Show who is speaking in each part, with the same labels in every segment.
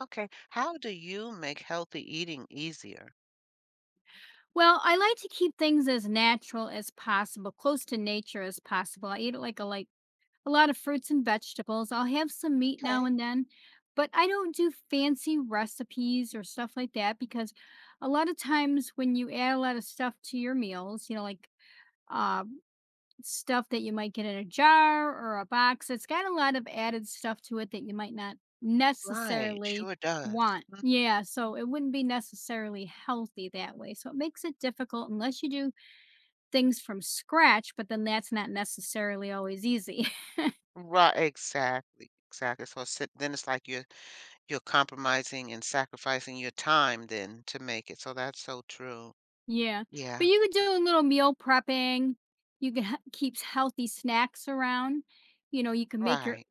Speaker 1: Okay. How do you make healthy eating easier?
Speaker 2: Well, I like to keep things as natural as possible, close to nature as possible. I eat like a lot of fruits and vegetables. I'll have some meat now
Speaker 1: Okay.
Speaker 2: and then, but I don't do fancy recipes or stuff like that because a lot of times when you add a lot of stuff to your meals, uh stuff that you might get in a jar or a box. It's got a lot of added stuff to it that you might not
Speaker 1: Right,
Speaker 2: necessarily
Speaker 1: sure does.
Speaker 2: want.
Speaker 1: Mhm.
Speaker 2: Yeah, so it wouldn't be necessarily healthy that way. So it makes it difficult unless you do things from scratch, but then that's not necessarily always easy.
Speaker 1: Right, exactly, exactly. So it's, then it's like you're compromising and sacrificing your time then to make it. So that's so true.
Speaker 2: Yeah. But
Speaker 1: Yeah,
Speaker 2: you could do a little meal prepping. You can keep healthy snacks around. You know, you can
Speaker 1: right,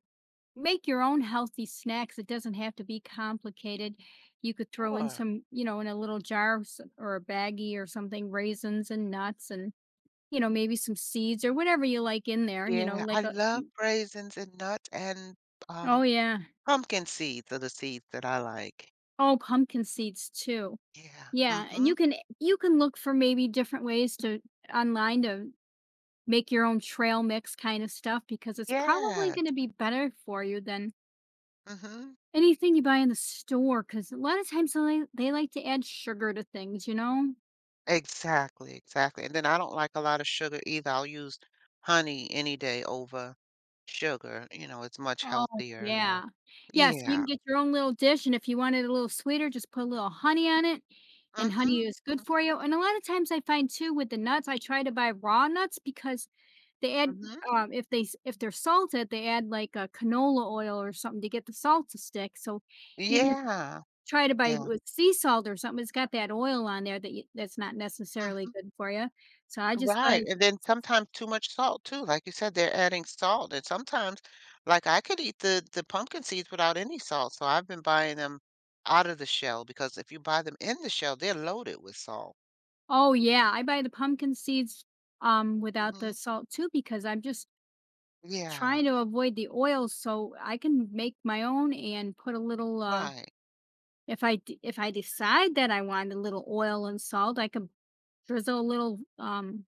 Speaker 2: make your own healthy snacks. It doesn't have to be complicated. You could throw in
Speaker 1: sure.
Speaker 2: some, you know, in a little or a baggie or something, raisins and nuts and, you know, maybe some seeds or whatever you like in there,
Speaker 1: Yeah, I love raisins and nuts and um
Speaker 2: oh yeah.
Speaker 1: pumpkin seeds are the seeds that I like.
Speaker 2: Oh, pumpkin seeds too.
Speaker 1: Yeah.
Speaker 2: Yeah. And
Speaker 1: Mm-hmm.
Speaker 2: you can look for maybe different ways to online to make your own trail mix kind of stuff because it's probably
Speaker 1: Yes.
Speaker 2: going to be better for you than
Speaker 1: Mm-hmm.
Speaker 2: anything you buy in the store, because a lot of times they like to add sugar to things, you know?
Speaker 1: Exactly, exactly, and then I don't like a lot of sugar either. I'll use honey any day over sugar, you know, it's much
Speaker 2: Oh,
Speaker 1: healthier.
Speaker 2: yeah. Yeah. Yeah, so you can
Speaker 1: Yeah.
Speaker 2: get your own little dish, and if you want it a little sweeter, just put a little honey on it, and
Speaker 1: Mhm,
Speaker 2: honey is good
Speaker 1: mhm,
Speaker 2: for you, and a lot of times I find too with the nuts, I try to buy raw nuts because they add,
Speaker 1: mhm.
Speaker 2: if they s if they're salted, they add like a canola oil or something to get the salt to stick, so even if you
Speaker 1: Yeah,
Speaker 2: try to buy
Speaker 1: yeah,
Speaker 2: with sea salt or something, it's got that oil on there that you that's not necessarily
Speaker 1: mhm.
Speaker 2: good for you, so I just buy.
Speaker 1: Right, and then sometimes too much salt too, like you said, they're adding salt, and sometimes like, I could eat the pumpkin seeds without any salt, so I've been buying them out of the shell because if you buy them in the shell, they're loaded with salt.
Speaker 2: Oh yeah, I buy the pumpkin seeds without the
Speaker 1: Mhm.
Speaker 2: salt too because I'm just
Speaker 1: Yeah,
Speaker 2: trying to avoid the oil so I can make my own and put a little
Speaker 1: right.
Speaker 2: if if I decide that I want a little oil and salt, I could drizzle a little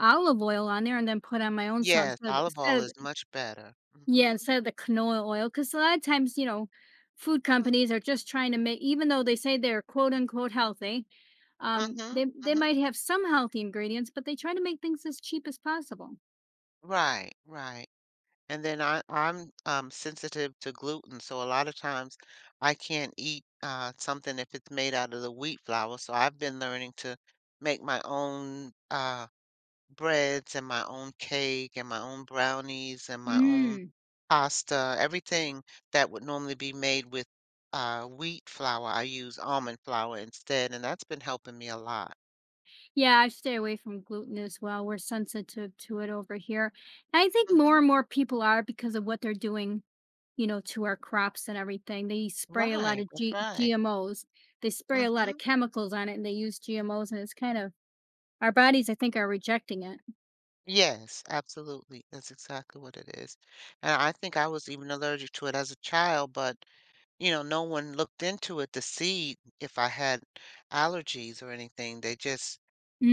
Speaker 2: olive oil on there and then put on my own salt
Speaker 1: Yes,
Speaker 2: instead of,
Speaker 1: olive
Speaker 2: instead
Speaker 1: oil is
Speaker 2: of
Speaker 1: much better.
Speaker 2: Yeah,
Speaker 1: Mhm,
Speaker 2: instead of the canola oil, because a lot of times, you know, food
Speaker 1: mhm,
Speaker 2: companies are just trying to make, even though they say they're quote unquote healthy,
Speaker 1: mhm,
Speaker 2: they
Speaker 1: mhm.
Speaker 2: might have some healthy ingredients, but they try to make things as cheap as possible.
Speaker 1: Right, right. And then I'm sensitive to gluten, so a lot of times I can't eat, something if it's made out of the wheat flour, so I've been learning to make my own, breads and my own cake and my own brownies and my own
Speaker 2: Mm.
Speaker 1: pasta, everything that would normally be made with, wheat flour, I use almond flour instead, and that's been helping me a lot.
Speaker 2: Yeah, I stay away from gluten as well. We're sensitive to it over here. And I think more
Speaker 1: Mhm.
Speaker 2: and more people are because of what they're doing, you know, to our crops and everything. They spray a lot
Speaker 1: Right,
Speaker 2: of
Speaker 1: that's right.
Speaker 2: GMOs. They spray a lot of
Speaker 1: Mhm.
Speaker 2: chemicals on it, and they use GMOs, and it's kind of our bodies, I think, are rejecting it.
Speaker 1: Yes, absolutely. That's exactly what it is. And I think I was even allergic to it as a child, but, no one looked into it to see if I had allergies or anything. They just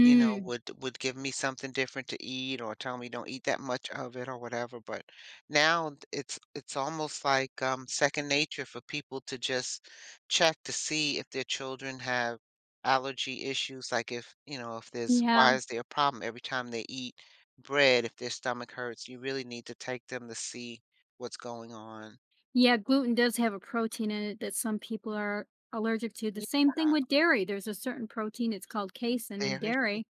Speaker 1: would give me something different to eat or tell me don't eat that much of it or whatever. But now it's almost like second nature for people to just check to see if their children have allergy issues. Like if, if there's
Speaker 2: yeah.
Speaker 1: why is there a problem every time they eat bread, if their stomach hurts, you really need to take them to see what's going on.
Speaker 2: Yeah, gluten does have a protein in it that some people are allergic to. The same thing with dairy. There's a certain protein, it's called casein in
Speaker 1: Yeah, very
Speaker 2: dairy.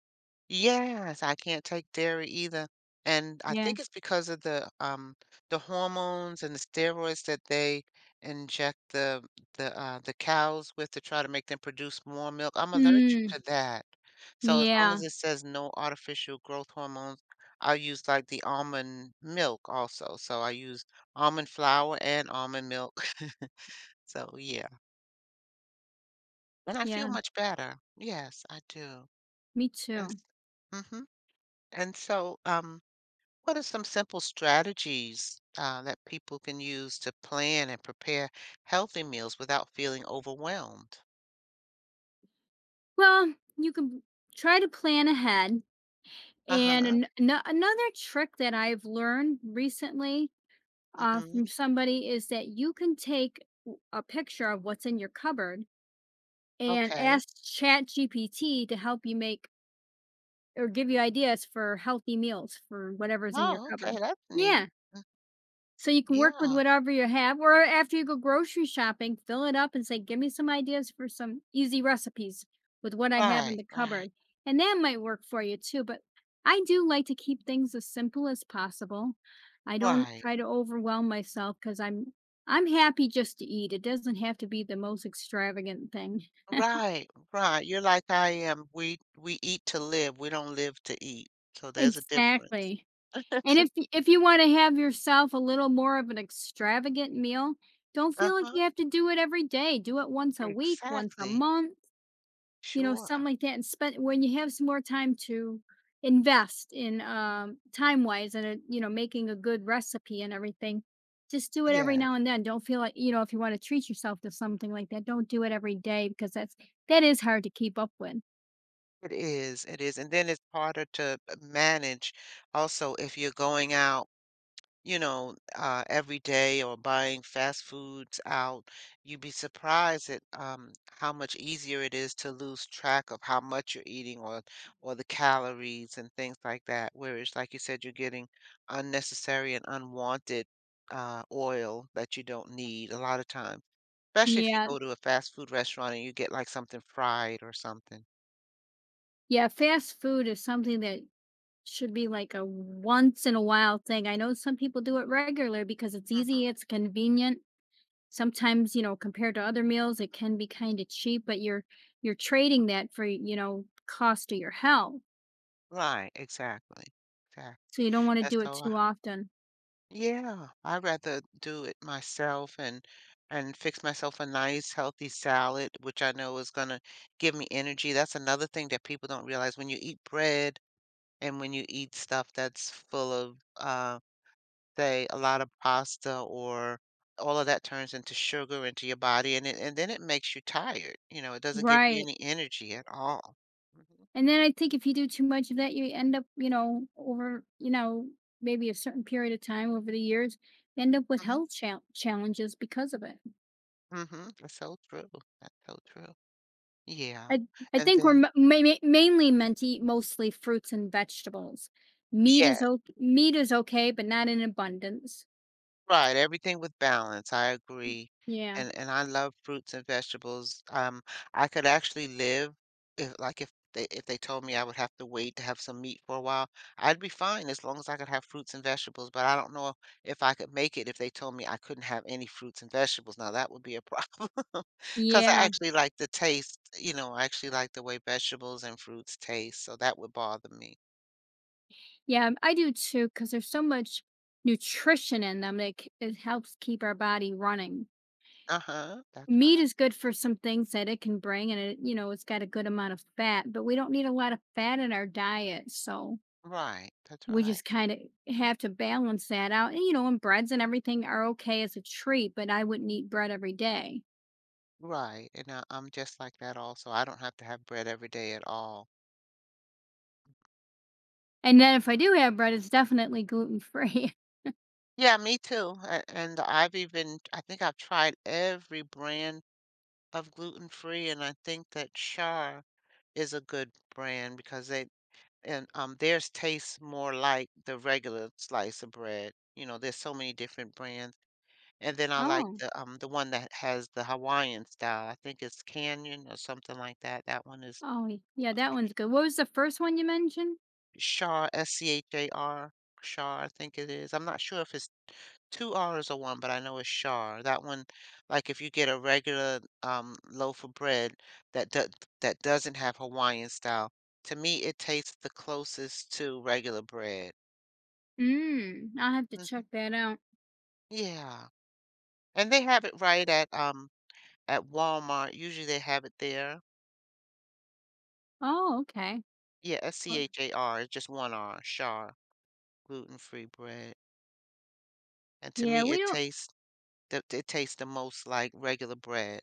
Speaker 1: yes, I can't take dairy either, and I
Speaker 2: Yeah.
Speaker 1: think it's because of the hormones and the steroids that they inject the cows with to try to make them produce more milk. I'm allergic
Speaker 2: Mm,
Speaker 1: to that. So as long
Speaker 2: yeah.
Speaker 1: as it says no artificial growth hormones, I use, like, the almond milk also, so I use almond flour and almond milk. So, yeah, and I feel
Speaker 2: Yeah,
Speaker 1: much better. Yes, I do,
Speaker 2: me
Speaker 1: and s
Speaker 2: too.
Speaker 1: mhm. And so, what are some simple strategies that people can use to plan and prepare healthy meals without feeling overwhelmed?
Speaker 2: Well, you can try to plan ahead.
Speaker 1: Uh
Speaker 2: And
Speaker 1: huh.
Speaker 2: another trick that I've learned recently,
Speaker 1: Mm-hmm.
Speaker 2: from somebody, is that you can take a picture of what's in your cupboard and
Speaker 1: Okay.
Speaker 2: ask ChatGPT to help you make, or give you ideas for, healthy meals for whatever's in your
Speaker 1: Oh, okay.
Speaker 2: cupboard.
Speaker 1: That's
Speaker 2: Yeah.
Speaker 1: neat.
Speaker 2: So you can work with
Speaker 1: Yeah.
Speaker 2: whatever you have, or after you go grocery shopping, fill it up and say, "Give me some ideas for some easy recipes with what I have in
Speaker 1: Right.
Speaker 2: the
Speaker 1: Right.
Speaker 2: cupboard." And that might work for you too, but I do like to keep things as simple as possible. I don't
Speaker 1: Right.
Speaker 2: try to overwhelm myself because I'm happy just to eat. It doesn't have to be the most extravagant thing.
Speaker 1: Right. Right. You're like I am. We eat to live. We don't live to eat. So there's a difference.
Speaker 2: Exactly. And if you wanna have yourself a little more of an extravagant meal, don't
Speaker 1: Uh
Speaker 2: feel like
Speaker 1: huh.
Speaker 2: you have to do it every day, do it once a week, once a
Speaker 1: Exactly.
Speaker 2: month, you know,
Speaker 1: Sure.
Speaker 2: something like that, and spend when you have some more time to invest in, time-wise and, you know, making a good recipe and everything, just do it every
Speaker 1: Yeah.
Speaker 2: now and then. Don't feel like, you know, if you wanna treat yourself to something like that, don't do it every day because that is hard to keep up with.
Speaker 1: It is, and then it's harder to manage also if you're going out, every day or buying fast foods out. You'd be surprised at how much easier it is to lose track of how much you're eating or the calories and things like that. Whereas, like you said, you're getting unnecessary and unwanted oil that you don't need a lot of times, especially if you
Speaker 2: Yeah,
Speaker 1: go to a fast food restaurant and you get like something fried or something.
Speaker 2: yeah, fast food is something that should be like a once in a while thing. I know some people do it regular because it's easy,
Speaker 1: Mhm.
Speaker 2: it's convenient. Sometimes, you know, compared to other meals, it can be kind of cheap, but you're trading that for, you know, cost to your health.
Speaker 1: Right, exactly. Exactly.
Speaker 2: So you don't want to
Speaker 1: And
Speaker 2: do it
Speaker 1: so,
Speaker 2: too often.
Speaker 1: yeah, I'd rather do it myself and fix myself a nice healthy salad, which I know is gonna give me energy. That's another thing that people don't realize when you eat bread and when you eat stuff that's full of say a lot of pasta or all of that turns into sugar into your body and then it makes you tired. It doesn't give you
Speaker 2: Right.
Speaker 1: any energy at all. Mm-hmm.
Speaker 2: And then I think if you do too much of that, you end up, you know, over, you know, maybe a certain period of time over the years, end up with
Speaker 1: Mhm,
Speaker 2: health challenges because of it.
Speaker 1: mhm, that's so true, that's so true. Yeah,
Speaker 2: I, I
Speaker 1: and
Speaker 2: think we're
Speaker 1: then
Speaker 2: mainly meant to eat mostly fruits and vegetables. Meat
Speaker 1: yeah,
Speaker 2: is okay, but not in abundance.
Speaker 1: right, everything with balance, I agree,
Speaker 2: Yeah.
Speaker 1: and I love fruits and vegetables, I could actually live if like, if they told me I would have to wait to have some meat for a while, I'd be fine as long as I could have fruits and vegetables, but I don't know if I could make it if they told me I couldn't have any fruits and vegetables, now that would be a problem. 'Cause I
Speaker 2: Yeah,
Speaker 1: actually like the taste, I actually like the way vegetables and fruits taste, so that would bother me.
Speaker 2: yeah, I do too. Because there's so much nutrition in them that it helps keep our body running.
Speaker 1: Uh-huh, that's
Speaker 2: Meat
Speaker 1: right.
Speaker 2: is good for some things that it can bring, and it, you know, it's got a good amount of fat, but we don't need a lot of fat in our diet, so
Speaker 1: Right, that's
Speaker 2: we
Speaker 1: right.
Speaker 2: just kind of have to balance that out. And, you know, and breads and everything are okay as a treat, but I wouldn't eat bread every day.
Speaker 1: Right, and I'm just like that also, I don't have to have bread every day at all.
Speaker 2: And then if I do have bread, it's definitely gluten free.
Speaker 1: Yeah, me too, a and I think I've tried every brand of gluten-free, and I think that Char is a good brand because they and, theirs tastes more like the regular slice of bread. There's so many different brands. And then I like
Speaker 2: Oh.
Speaker 1: the one that has the Hawaiian style. I think it's Canyon or something like that. That one is
Speaker 2: Oh, y yeah, that one's good. What was the first one you mentioned?
Speaker 1: Char, Schar, Char, I think it is. I'm not sure if it's two R's or one, but I know it's Char. That one, like if you get a regular loaf of bread that do that doesn't have Hawaiian style, to me it tastes the closest to regular bread.
Speaker 2: Mm, I'll have to
Speaker 1: Hmm.
Speaker 2: check that out.
Speaker 1: Yeah. And they have it right at Walmart. Usually they have it there.
Speaker 2: Oh, okay.
Speaker 1: Yeah,
Speaker 2: Well,
Speaker 1: Schar, just one R, Char, gluten-free bread, and to
Speaker 2: yeah,
Speaker 1: me,
Speaker 2: we don't,
Speaker 1: it tastes the most like regular bread.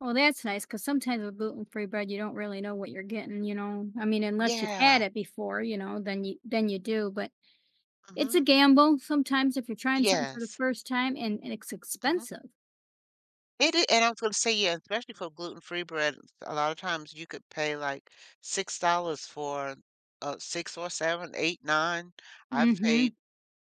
Speaker 2: well, that's nice because sometimes with gluten-free bread, you don't really know what you're getting, you know? I mean, unless you've had
Speaker 1: Yeah,
Speaker 2: it before, you know, then you do, but it's a
Speaker 1: mhm,
Speaker 2: gamble sometimes if you're trying something for the
Speaker 1: yes,
Speaker 2: first time, and it's
Speaker 1: mhm.
Speaker 2: expensive.
Speaker 1: It is, and I was gonna say, yeah, especially for gluten-free bread, a lot of times you could pay, like, $6 for, 6 or seven, eight, nine.
Speaker 2: Mm.
Speaker 1: I've paid
Speaker 2: Mhm.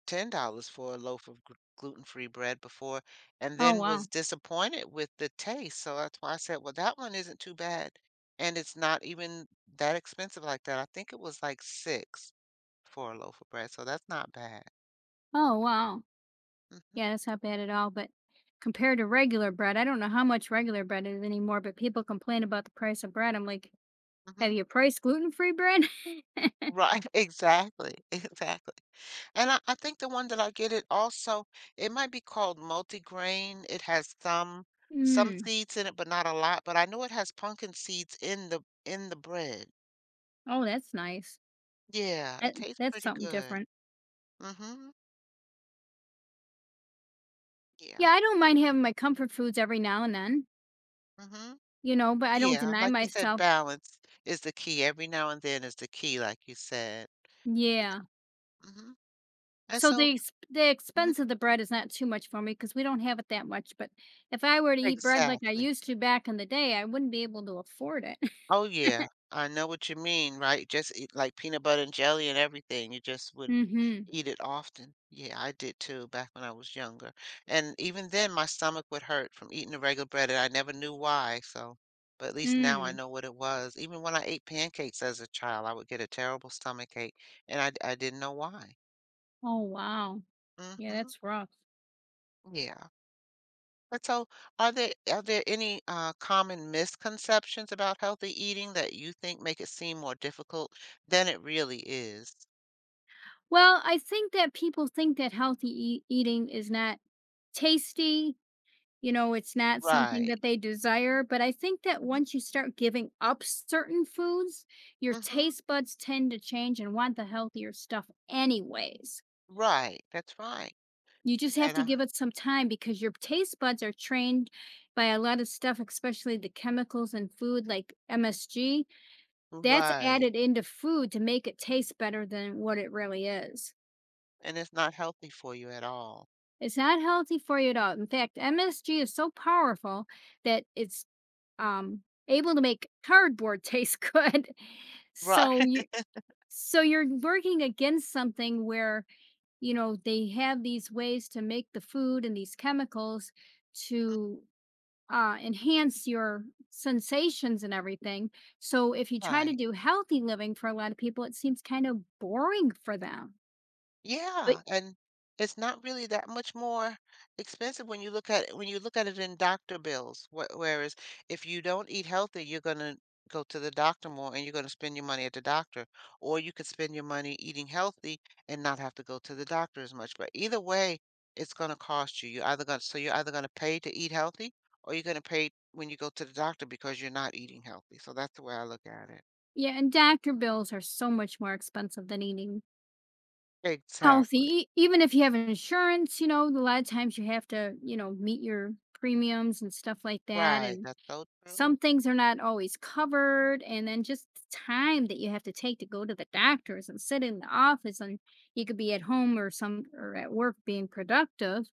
Speaker 1: $10 for a loaf of gluten-free bread before and
Speaker 2: Oh,
Speaker 1: then
Speaker 2: wow.
Speaker 1: was disappointed with the taste. So that's why I said, well, that one isn't too bad. And it's not even that expensive like that. I think it was like six for a loaf of bread. So that's not bad.
Speaker 2: Oh, wow.
Speaker 1: Hmm.
Speaker 2: Yeah, that's not bad at all, but compared to regular bread, I don't know how much regular bread is anymore, but people complain about the price of bread. I'm like, have
Speaker 1: Hmm.
Speaker 2: you priced gluten-free bread?
Speaker 1: Right. Exactly. Exactly. And I think the one that I get it also, it might be called multigrain. It has some
Speaker 2: Mm.
Speaker 1: seeds in it, but not a lot. But I know it has pumpkin seeds in the bread.
Speaker 2: Oh, that's nice.
Speaker 1: Yeah, it
Speaker 2: That
Speaker 1: tastes
Speaker 2: that's
Speaker 1: pretty
Speaker 2: something
Speaker 1: good.
Speaker 2: different.
Speaker 1: Mhm. Yeah.
Speaker 2: Yeah, I don't mind having my comfort foods every now and then,
Speaker 1: Mhm.
Speaker 2: you know, but I don't
Speaker 1: Yeah,
Speaker 2: deny
Speaker 1: like you said,
Speaker 2: myself.
Speaker 1: balance is the key. Every now and then is the key, like you said. Yeah.
Speaker 2: Yeah.
Speaker 1: Mhm. And
Speaker 2: So
Speaker 1: so,
Speaker 2: the the
Speaker 1: mhm.
Speaker 2: expense of the bread is not too much for me because we don't have it that much. But if I were to eat bread like I
Speaker 1: Exactly.
Speaker 2: used to back in the day, I wouldn't be able to afford it.
Speaker 1: Oh, yeah. I know what you mean, right? Just eat like peanut butter and jelly and everything. You just wouldn't
Speaker 2: Mm-hmm.
Speaker 1: eat it often. Yeah, I did too back when I was younger. And even then, my stomach would hurt from eating the regular bread, and I never knew why. So, but at least now I
Speaker 2: Mm.
Speaker 1: know what it was. Even when I ate pancakes as a child, I would get a terrible stomach ache, and I didn't know why.
Speaker 2: Oh, wow. Yeah,
Speaker 1: Mm-hmm.
Speaker 2: that's rough.
Speaker 1: Yeah. And so, are there any common misconceptions about healthy eating that you think make it seem more difficult than it really is?
Speaker 2: Well, I think that people think that healthy eating is not tasty. You know, it's not something
Speaker 1: Right.
Speaker 2: that they desire. But I think that
Speaker 1: Hmm.
Speaker 2: once you start giving up certain foods, your
Speaker 1: Hmm.
Speaker 2: taste buds tend to change and want the healthier stuff, anyways.
Speaker 1: Right. That's right.
Speaker 2: You just have
Speaker 1: And
Speaker 2: to
Speaker 1: I,
Speaker 2: give it some time because your taste buds are trained by a lot of stuff, especially the chemicals in food like MSG. That's
Speaker 1: right.
Speaker 2: added into food to make it taste better than what it really is.
Speaker 1: And it's not healthy for you at all.
Speaker 2: It's not healthy for you at all. In fact, MSG is so powerful that it's um, able to make cardboard taste good.
Speaker 1: Right.
Speaker 2: So you so you're working against something where, you know, they have these ways to make the food and these chemicals to enhance your sensations and everything. So if you try to
Speaker 1: Right.
Speaker 2: do healthy living for a lot of people, it seems kind of boring for them. But
Speaker 1: Yeah, and it's not really that much more expensive when you look at it in doctor bills. Wh Whereas if you don't eat healthy, you're gonna go to the doctor more and you're gonna spend your money at the doctor. Or you could spend your money eating healthy and not have to go to the doctor as much. But either way, it's gonna cost you. You're either gonna so you're either gonna pay to eat healthy or you're gonna pay when you go to the doctor because you're not eating healthy. So that's the way I look at it.
Speaker 2: yeah, and doctor bills are so much more expensive than eating healthy,
Speaker 1: Exactly.
Speaker 2: e even if you have insurance, you know, a lot of times you have to, you know, meet your premiums and stuff like that,
Speaker 1: Right.
Speaker 2: and
Speaker 1: That's so
Speaker 2: some
Speaker 1: true.
Speaker 2: things are not always covered, and then just the time that you have to take to go to the doctors and sit in the office, and you could be at home or some or at work being productive,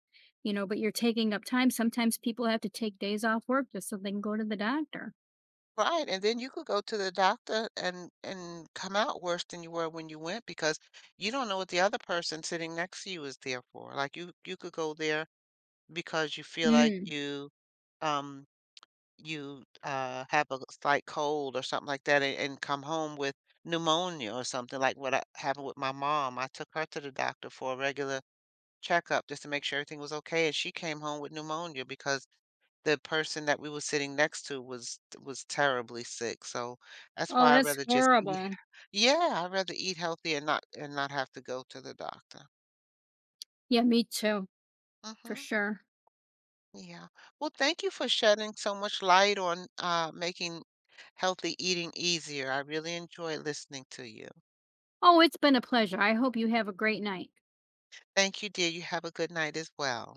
Speaker 2: you know, but you're taking up time. Sometimes people have to take days off work just so they can go to the doctor.
Speaker 1: Right, and then you could go to the doctor and come out worse than you were when you went because you don't know what the other person sitting next to you is there for. Like you could go there because you feel like
Speaker 2: Mm.
Speaker 1: um you have a slight cold or something like that and come home with pneumonia or something like what happened with my mom. I took her to the doctor for a regular checkup just to make sure everything was okay and she came home with pneumonia because the person that we were sitting next to was terribly sick, so that's
Speaker 2: Oh,
Speaker 1: why I'd
Speaker 2: that's
Speaker 1: rather just eat.
Speaker 2: horrible.
Speaker 1: Yeah, I'd rather eat healthy and not have to go to the doctor.
Speaker 2: Yeah, me too, for
Speaker 1: Mhm.
Speaker 2: sure.
Speaker 1: Yeah. Well, thank you for shedding so much light on, making healthy eating easier. I really enjoyed listening to you.
Speaker 2: Oh, it's been a pleasure. I hope you have a great night.
Speaker 1: Thank you, dear. You have a good night as well.